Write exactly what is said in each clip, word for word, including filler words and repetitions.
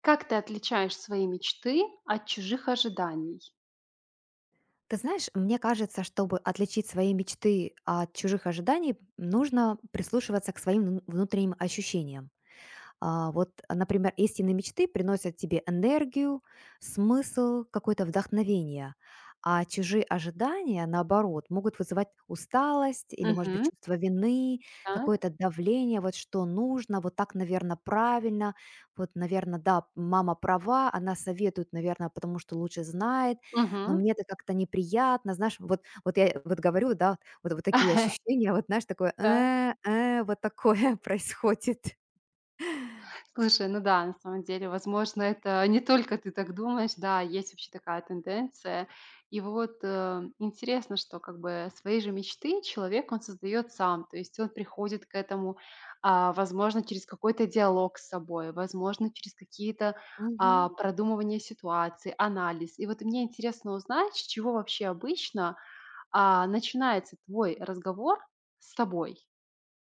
Как ты отличаешь свои мечты от чужих ожиданий? Ты знаешь, мне кажется, чтобы отличить свои мечты от чужих ожиданий, нужно прислушиваться к своим вну- внутренним ощущениям. А, вот, а, например, истинные мечты приносят тебе энергию, смысл, какое-то вдохновение, а чужие ожидания, наоборот, могут вызывать усталость или, может быть, Мгм. чувство вины, Так. какое-то давление, вот что нужно, вот так, наверное, правильно, вот, наверное, да, мама права, она советует, наверное, потому что лучше знает, но Мгм. мне это как-то неприятно, знаешь, вот, вот я вот говорю, да, вот, вот такие ощущения, вот, знаешь, такое, Так. «Э, э», вот такое происходит. Слушай, ну да, на самом деле, возможно, это не только ты так думаешь. Да, есть вообще такая тенденция. И вот, э, интересно, что как бы свои же мечты человек, он создает сам. То есть он приходит к этому, а, возможно, через какой-то диалог с собой, возможно, через какие-то, а, Мгм. продумывания ситуации, анализ. И вот мне интересно узнать, с чего вообще обычно а, начинается твой разговор с собой?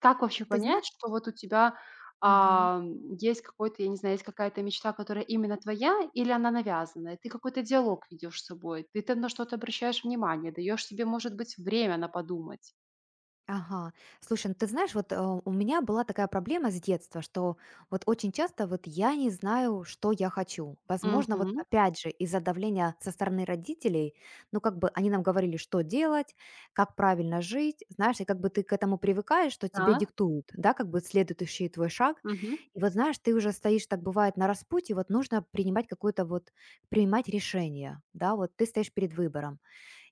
Как вообще Ты знаешь, понять, что вот у тебя, а, есть какой-то, я не знаю, есть какая-то мечта, которая именно твоя, или она навязанная? Ты какой-то диалог ведешь с собой, ты там на что-то обращаешь внимание, даешь себе, может быть, время на подумать. ага. Слушай, ну ты знаешь, вот, э, у меня была такая проблема с детства, что вот очень часто вот я не знаю, что я хочу. Возможно, вот Мгм. опять же из-за давления со стороны родителей, ну как бы они нам говорили, что делать, как правильно жить, знаешь, и как бы ты к этому привыкаешь, что тебе Да. диктуют, да, как бы следующий твой шаг. Мгм. И вот знаешь, ты уже стоишь, так бывает, на распутье, вот нужно принимать какое-то вот, принимать решение, да, вот ты стоишь перед выбором.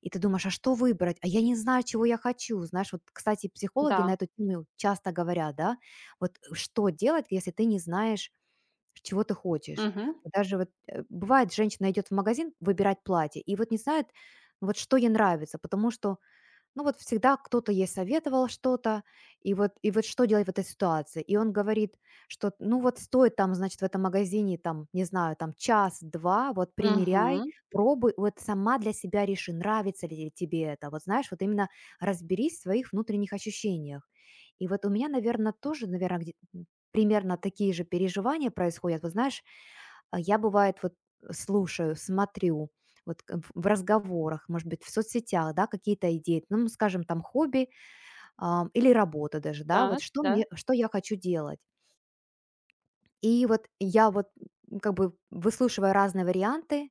И ты думаешь: «А что выбрать? А я не знаю, чего я хочу». Знаешь, вот, кстати, психологи Да. на эту тему часто говорят, да. Вот э, что делать, если ты не знаешь, чего ты хочешь? Мгм. Вот даже вот, э, бывает, женщина идет в магазин выбирать платье и вот не знает, вот что ей нравится, потому что ну вот всегда кто-то ей советовал что-то, и вот, и вот что делать в этой ситуации. И он говорит, что ну вот стоит там, значит, в этом магазине там, не знаю, там час-два, вот примеряй, Мгм. пробуй, вот сама для себя реши, нравится ли тебе это. Вот знаешь, вот именно разберись в своих внутренних ощущениях. И вот у меня, наверное, тоже, наверное, примерно такие же переживания происходят. Вот знаешь, а я бывает вот слушаю, смотрю, вот к в разговорах, может быть, в соцсетях, да, какие-то идеи, ну, скажем, там хобби, а, или работа даже, да, вот Так, что да. мне что я хочу делать. И вот я вот, м, как бы выслушивая разные варианты,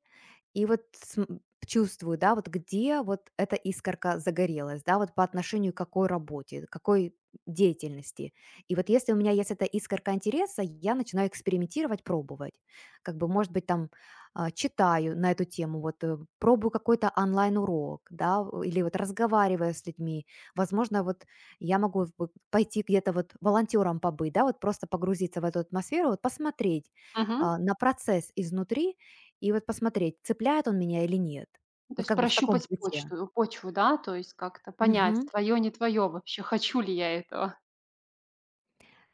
и вот см чувствую, да, вот где вот эта искорка загорелась, да, вот по отношению к какой работе, какой деятельности. И вот если у меня есть эта искорка интереса, я начинаю экспериментировать, пробовать. Как бы, может быть, там а, читаю на эту тему, вот э, пробую какой-то онлайн-урок, да, в- или вот разговаривая с людьми. Возможно, вот я могу в- вот пойти где-то вот волонтером побыть, да, вот просто погрузиться в эту атмосферу, вот посмотреть Мгм. а, на процесс изнутри, и вот посмотреть, цепляет он меня или нет. Ну, то Вот есть как бы в таком прощупать ключе. почту почву, да? То есть как-то понять, Мгм. твое, не твое вообще, хочу ли я этого.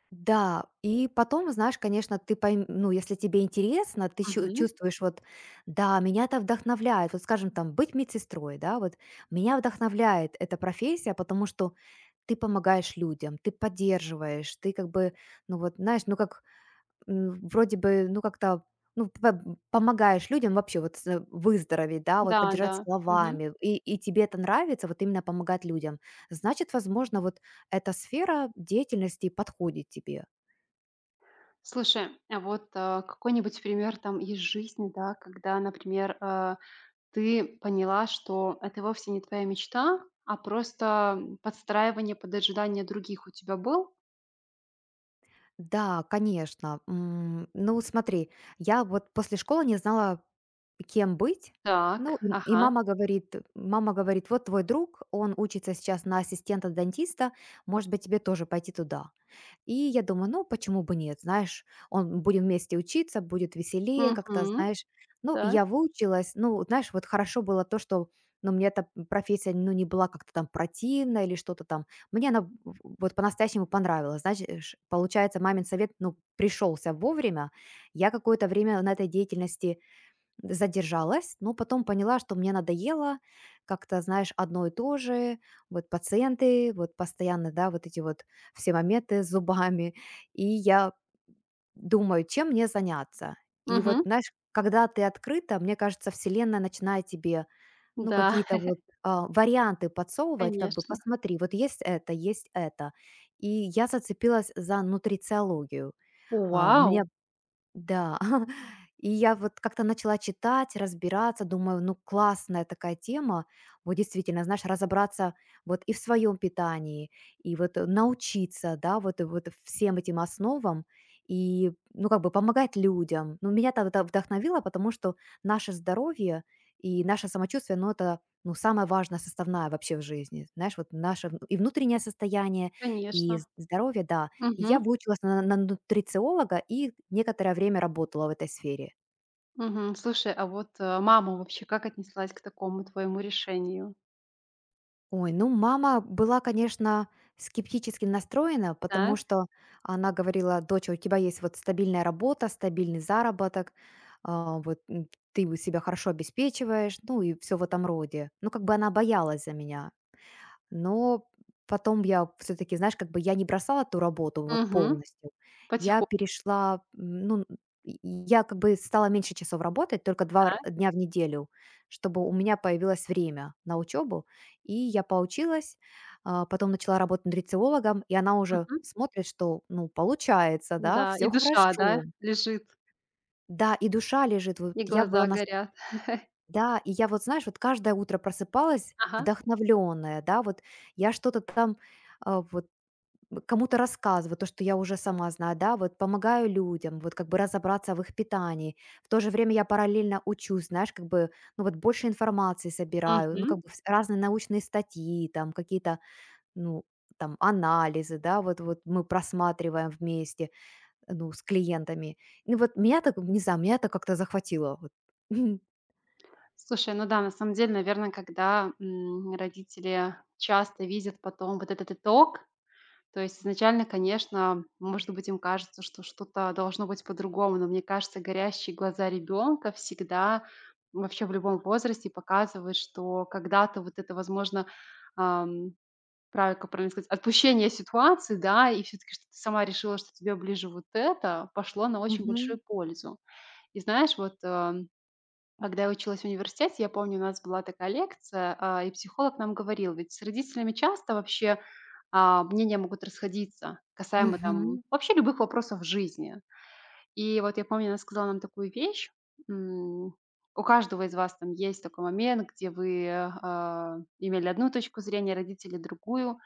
Да, и потом, знаешь, конечно, ты пойм ну, если тебе интересно, ты чу чувствуешь вот: «Да, меня это вдохновляет». Вот, скажем, там, быть медсестрой, да, вот меня вдохновляет эта профессия, потому что ты помогаешь людям, ты поддерживаешь, ты как бы, ну, вот, знаешь, ну, как м, вроде бы, ну, как-то, ну, п помогаешь людям вообще вот с э, выздороветь, да, вот Да, поддержать да. Мгм. словами, и и тебе это нравится, вот именно помогать людям. Значит, возможно, вот эта сфера деятельности подходит тебе. Слушай, а вот, а, какой-нибудь пример там из жизни, да, когда, например, а, ты поняла, что это вовсе не твоя мечта, а просто, м, подстраивание под ожидания других у тебя был? Да, конечно. М, ну, смотри, я вот после школы не знала, кем быть. Ну, Так, и и ага. мама говорит мама говорит: «Вот твой друг, он учится сейчас на ассистента-дантиста, может быть, тебе тоже пойти туда». И я думаю, ну, почему бы нет, знаешь, он будем вместе учиться, будет веселее как-то, Угу. знаешь. Ну, и Так. я выучилась. Ну, знаешь, вот хорошо было то, что, ну, мне эта профессия, ну, не была как-то там противна или что-то там. Мне она в- вот по-настоящему понравилась. Значит, ш- получается, мамин совет, ну, пришелся вовремя. Я какое-то время на этой деятельности задержалась, но потом поняла, что мне надоело как-то, знаешь, одно и то же. Вот пациенты, вот постоянно, да, вот эти вот все моменты с зубами. И я думаю, чем мне заняться. И вот, Угу. знаешь, когда ты открыта, мне кажется, Вселенная начинает тебе, ну, Да, какие-то вот а, варианты подсовывать, как бы, конечно. посмотри, вот есть это, есть это. И я зацепилась за нутрициологию. А, Вау! мне да. И я вот как-то начала читать, разбираться, думаю, ну классная такая тема. Вот действительно, знаешь, разобраться вот и в своем питании, и вот э, научиться, да, вот, э, вот всем этим основам, и, ну, как бы помогать людям. Ну, меня это вдохновило, потому что наше здоровье и наше самочувствие, ну, это ну, самая важная составная вообще в жизни. Знаешь, вот наше вн- и внутреннее состояние, и з- Конечно. здоровье, да, и я Угу, выучилась на на нутрициолога и некоторое время работала в этой сфере. угу. Слушай, а вот, э, мама вообще как отнеслась к такому твоему решению? Ой, ну, мама была, конечно, скептически настроена, потому Так. что она говорила: «Доча, у тебя есть вот стабильная работа, стабильный заработок, а, вот, м, ты вот себя хорошо обеспечиваешь», ну и все в этом роде. Ну, как бы она боялась за меня. Но потом я все таки знаешь, как бы я не бросала ту работу вот Угу. полностью. Я Потихоньку. перешла, м, ну, и я как бы стала меньше часов работать, только два р так. дня в неделю, чтобы у меня появилось время на учебу. И я поучилась, а, потом начала работать нутрициологом, и она уже смотрит, что, ну, получается, да, Да, и все душа, да, хорошо. лежит, Да, и душа лежит. Вот и я была глаза на горят. Да, и я вот, знаешь, вот каждое утро просыпалась Ага. вдохновленная, да, вот я что-то там а, вот кому-то рассказываю, то, что я уже сама знаю, да, вот помогаю людям, вот как бы разобраться в их питании. В то же время я параллельно учусь, знаешь, как бы, ну вот больше информации собираю, ну как Мгм. бы вс- разные научные статьи, там какие-то, ну, там анализы, да, вот, вот мы просматриваем вместе, ну, с клиентами. Ну вот меня так, не знаю, меня это как-то захватило. Вот. Слушай, ну да, на самом деле, наверное, когда, м, родители часто видят потом вот этот итог, то есть изначально, конечно, может быть, им кажется, что что-то должно быть по-другому, но мне кажется, горящие глаза ребенка всегда, вообще в любом возрасте показывают, что когда-то вот это, возможно, а, Прав как правильно сказать, отпущение ситуации, да, и все таки что ты сама решила, что тебе ближе вот это, пошло на очень Мгм. большую пользу. И знаешь, вот, э, когда я училась в университете, я помню, у нас была такая лекция, а, и психолог нам говорил: «Ведь с родителями часто вообще, а, мнения могут расходиться касаемо там Мгм. вообще любых вопросов в жизни». И вот я помню, она сказала нам такую вещь: "М, у каждого из вас там есть такой момент, где вы, а, имели одну точку зрения, родители- другую.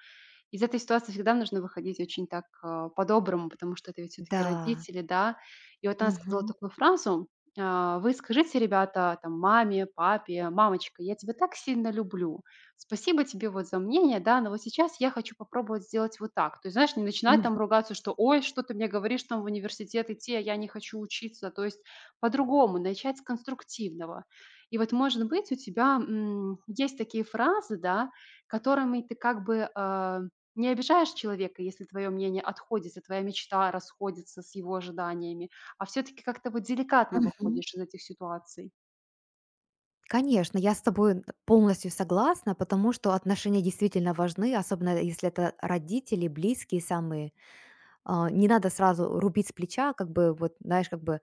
Из этой ситуации всегда нужно выходить очень так, а, по-доброму, потому что это ведь все таки Да. родители, да. И вот она сказала Мгм. такую фразу, а: „Вы скажите, ребята, там, маме, папе: «Мамочка, я тебя так сильно люблю. Спасибо тебе вот за мнение, да, но вот сейчас я хочу попробовать сделать вот так». То есть, знаешь, не начинать Мгм. там ругаться, что: «Ой, что ты мне говоришь там в университет идти, а я не хочу учиться». То есть по-другому, начать с конструктивного. И вот, может быть, у тебя, м, есть такие фразы, да, которыми ты как бы, а, не обижаешь человека, если твое мнение отходит, и твоя мечта расходится с его ожиданиями, а все-таки как-то вот деликатно Мгм. выходишь из этих ситуаций. Конечно, я с тобой полностью согласна, потому что отношения действительно важны, особенно если это родители, близкие самые. А, не надо сразу рубить с плеча, как бы вот, знаешь, как бы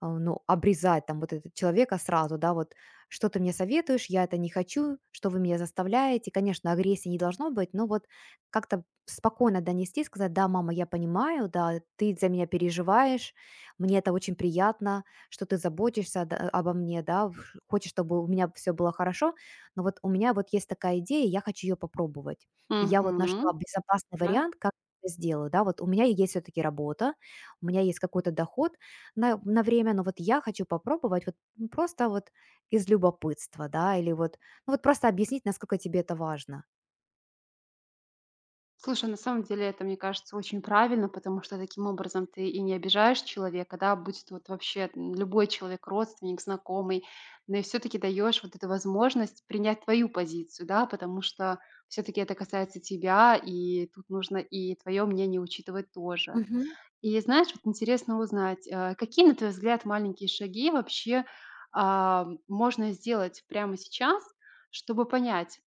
а, ну, обрезать там вот этого человека сразу, да, вот что ты мне советуешь, я это не хочу, что вы меня заставляете. Конечно, агрессии не должно быть, но вот как-то спокойно донести, сказать, да, мама, я понимаю, да, ты за меня переживаешь, мне это очень приятно, что ты заботишься, да, обо мне, да, в- хочешь, чтобы у меня все было хорошо, но вот у меня вот есть такая идея, я хочу ее попробовать. И я вот нашла Мгм. безопасный Да. вариант, как я это сделаю, да, вот у меня есть все-таки работа, у меня есть какой-то доход, на на время, но вот я хочу попробовать вот, ну, просто вот из любопытства, да, или вот, ну, вот просто объяснить, насколько тебе это важно. Слушай, на самом деле это, мне кажется, очень правильно, потому что таким образом ты и не обижаешь человека, да, будь это вот вообще м, любой человек, родственник, знакомый, но и все-таки даешь вот эту возможность принять твою позицию, да, потому что все-таки это касается тебя, и тут нужно и твое мнение учитывать тоже. Мгм, И знаешь, вот интересно узнать, э, какие, на твой взгляд, маленькие шаги вообще, а, можно сделать прямо сейчас, чтобы понять,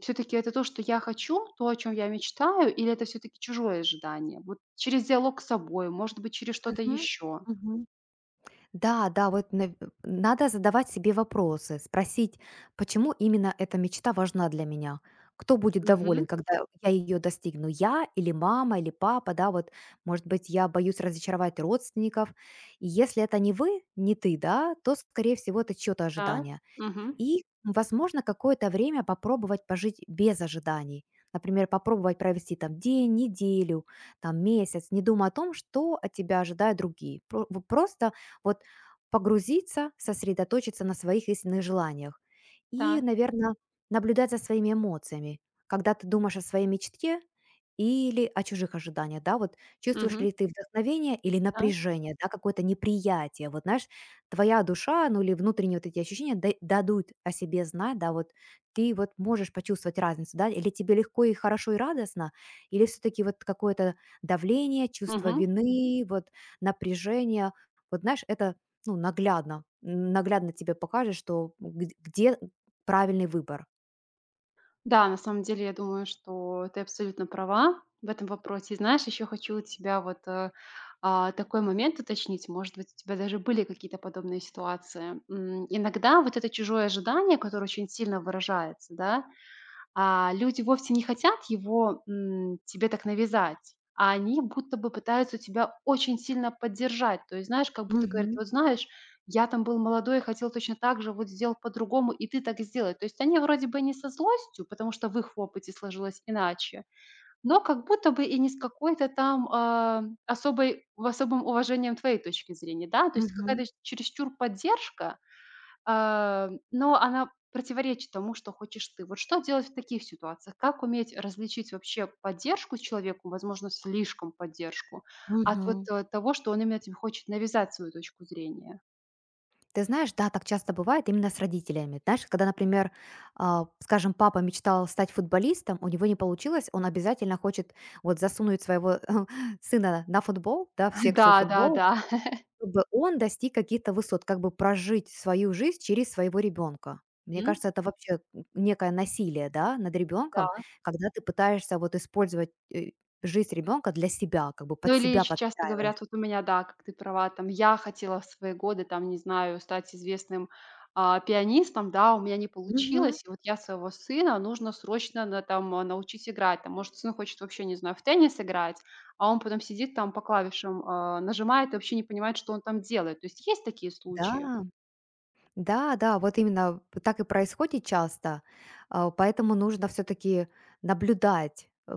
все таки это то, что я хочу, то, о чем я мечтаю, или это все таки чужое ожидание? Вот через диалог с собой, может быть, через что-то мгм, еще. мгм. Да, да, вот нав надо задавать себе вопросы, спросить, почему именно эта мечта важна для меня. Кто будет доволен, Угу. когда я ее достигну? Я или мама, или папа, да, вот, может быть, я боюсь разочаровать родственников. И если это не вы, не ты, да, то, скорее всего, это чьё-то Так. ожидание. Угу. И, возможно, какое-то время попробовать пожить без ожиданий. Например, попробовать провести там день, неделю, там месяц, не думая о том, что от тебя ожидают другие. Про- вот просто вот погрузиться, сосредоточиться на своих истинных желаниях. И, Так. наверное, наблюдать за своими эмоциями. Когда ты думаешь о своей мечте, или о чужих ожиданиях, да, вот чувствуешь Угу. ли ты вдохновение или Так. напряжение, да, какое-то неприятие, вот знаешь, твоя душа, ну или внутренние вот эти ощущения да- дадут о себе знать, да, вот ты вот можешь почувствовать разницу, да, или тебе легко и хорошо и радостно, или все-таки вот какое-то давление, чувство вины, вот напряжение, вот знаешь, это, ну, наглядно, м, наглядно тебе покажет, что г- где правильный выбор. Да, на самом деле, я думаю, что ты абсолютно права в этом вопросе. И знаешь, еще хочу у тебя вот э, а, такой момент уточнить. Может быть, у тебя даже были какие-то подобные ситуации. М, Иногда вот это чужое ожидание, которое очень сильно выражается, да, а люди вовсе не хотят его, м, тебе так навязать, а они будто бы пытаются тебя очень сильно поддержать. То есть, знаешь, как будто говорят: Мгм. «Вот знаешь, я там был молодой и хотел точно так же, вот сделал по-другому, и ты так сделай». То есть они вроде бы не со злостью, потому что в их опыте сложилось иначе, но как будто бы и не с какой-то там, а, особой особым уважением твоей точки зрения, да. То есть Мгм. какая-то чересчур поддержка, а, но она противоречит тому, что хочешь ты. Вот что делать в таких ситуациях? Как уметь различить вообще поддержку человеку, возможно, слишком поддержку, от вот, Мгм. э, того, что он именно тебе хочет навязать свою точку зрения? Ты знаешь, да, так часто бывает именно с родителями. Знаешь, когда, например, а, скажем, папа мечтал стать футболистом, у него не получилось, он обязательно хочет вот засунуть своего сына на футбол, да, в секцию Да, да, футбола, да. чтобы он достиг каких-то высот, как бы прожить свою жизнь через своего ребенка. Мне М. кажется, это вообще некое насилие, да, над ребенком, Да. когда ты пытаешься вот использовать э, жизнь ребенка для себя, как бы Ну, под или себя еще часто подстраиваешь. говорят, вот у меня, да, как ты права, там, я хотела в свои годы, там, не знаю, стать известным, а, пианистом, да, у меня не Мгм. получилось, и вот я своего сына нужно срочно на там, а, научить играть. Там, может, сын хочет вообще, не знаю, в теннис играть, а он потом сидит там по клавишам, а, нажимает и вообще не понимает, что он там делает. То есть есть такие случаи? Да. Да, да, вот именно так и происходит часто, а, поэтому нужно все-таки наблюдать, э,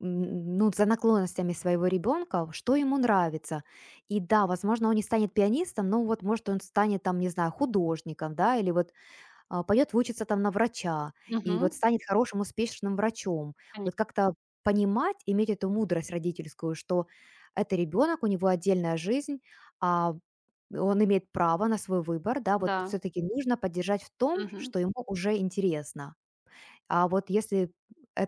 м, ну, за наклонностями своего ребенка, что ему нравится. И да, возможно, он не станет пианистом, но вот, может, он станет там, не знаю, художником, да, или вот а, пойдет выучиться там на врача, и вот Мгм. станет хорошим, успешным врачом. Коне Вот как-то понимать, иметь эту мудрость родительскую, что это ребенок, у него отдельная жизнь, а он имеет право на свой выбор, да, вот да. все таки нужно поддержать в том, Мгм. что ему уже интересно. А вот если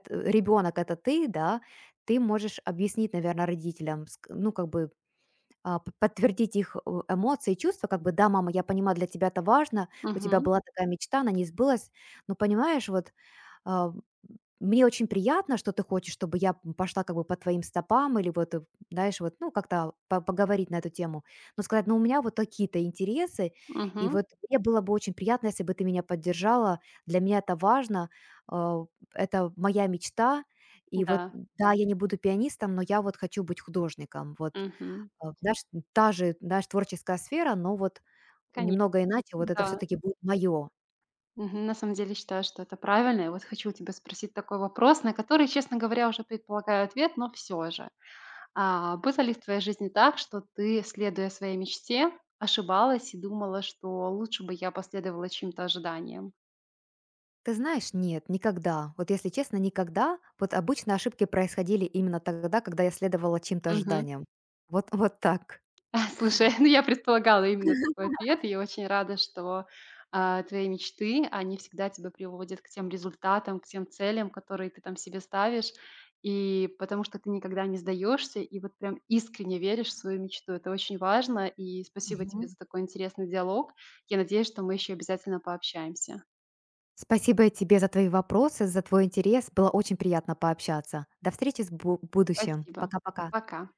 ребенок это ты, да, ты можешь объяснить, наверное, родителям, ск ну, как бы, а, п подтвердить их, э, эмоции и чувства, как бы: «Да, мама, я понимаю, для тебя это важно, у тебя Мгм. была такая мечта, она не сбылась, но понимаешь, вот, а, мне очень приятно, что ты хочешь, чтобы я п пошла как бы по твоим стопам или вот, э, знаешь, вот, ну, как-то по поговорить на эту тему. Но сказать: „Ну, у меня вот такие-то интересы, и Мгм. вот мне было бы очень приятно, если бы ты меня поддержала. Для меня это важно, а, это моя мечта. И вот, Да. да, я не буду пианистом, но я вот хочу быть художником". Вот, Мгм. а, знаешь, та же, знаешь, творческая сфера, но вот Конечно, немного иначе. Вот это все да. таки будет мое. Мгм. На самом деле считаю, что это правильно. И вот хочу у тебя спросить такой вопрос, на который, честно говоря, уже предполагаю ответ, но все же. А, было ли в твоей жизни так, что ты, следуя своей мечте, ошибалась и думала, что лучше бы я последовала чьим-то ожиданиям? Ты знаешь, нет, никогда. Вот если честно, никогда. Вот обычно ошибки происходили именно тогда, когда я следовала чьим-то ожиданиям. Вот, вот так. А, слушай, ну, я предполагала именно такой ответ, и я очень рада, что, а, твои мечты, они всегда тебя приводят к тем результатам, к тем целям, которые ты там себе ставишь. И потому что ты никогда не сдаешься и вот прям искренне веришь в свою мечту. Это очень важно. И спасибо тебе Мгм. за такой интересный диалог. Я надеюсь, что мы еще обязательно пообщаемся. Спасибо тебе за твои вопросы, за твой интерес. Было очень приятно пообщаться. До встречи с бу- в будущем. Спасибо. Пока-пока. Пока.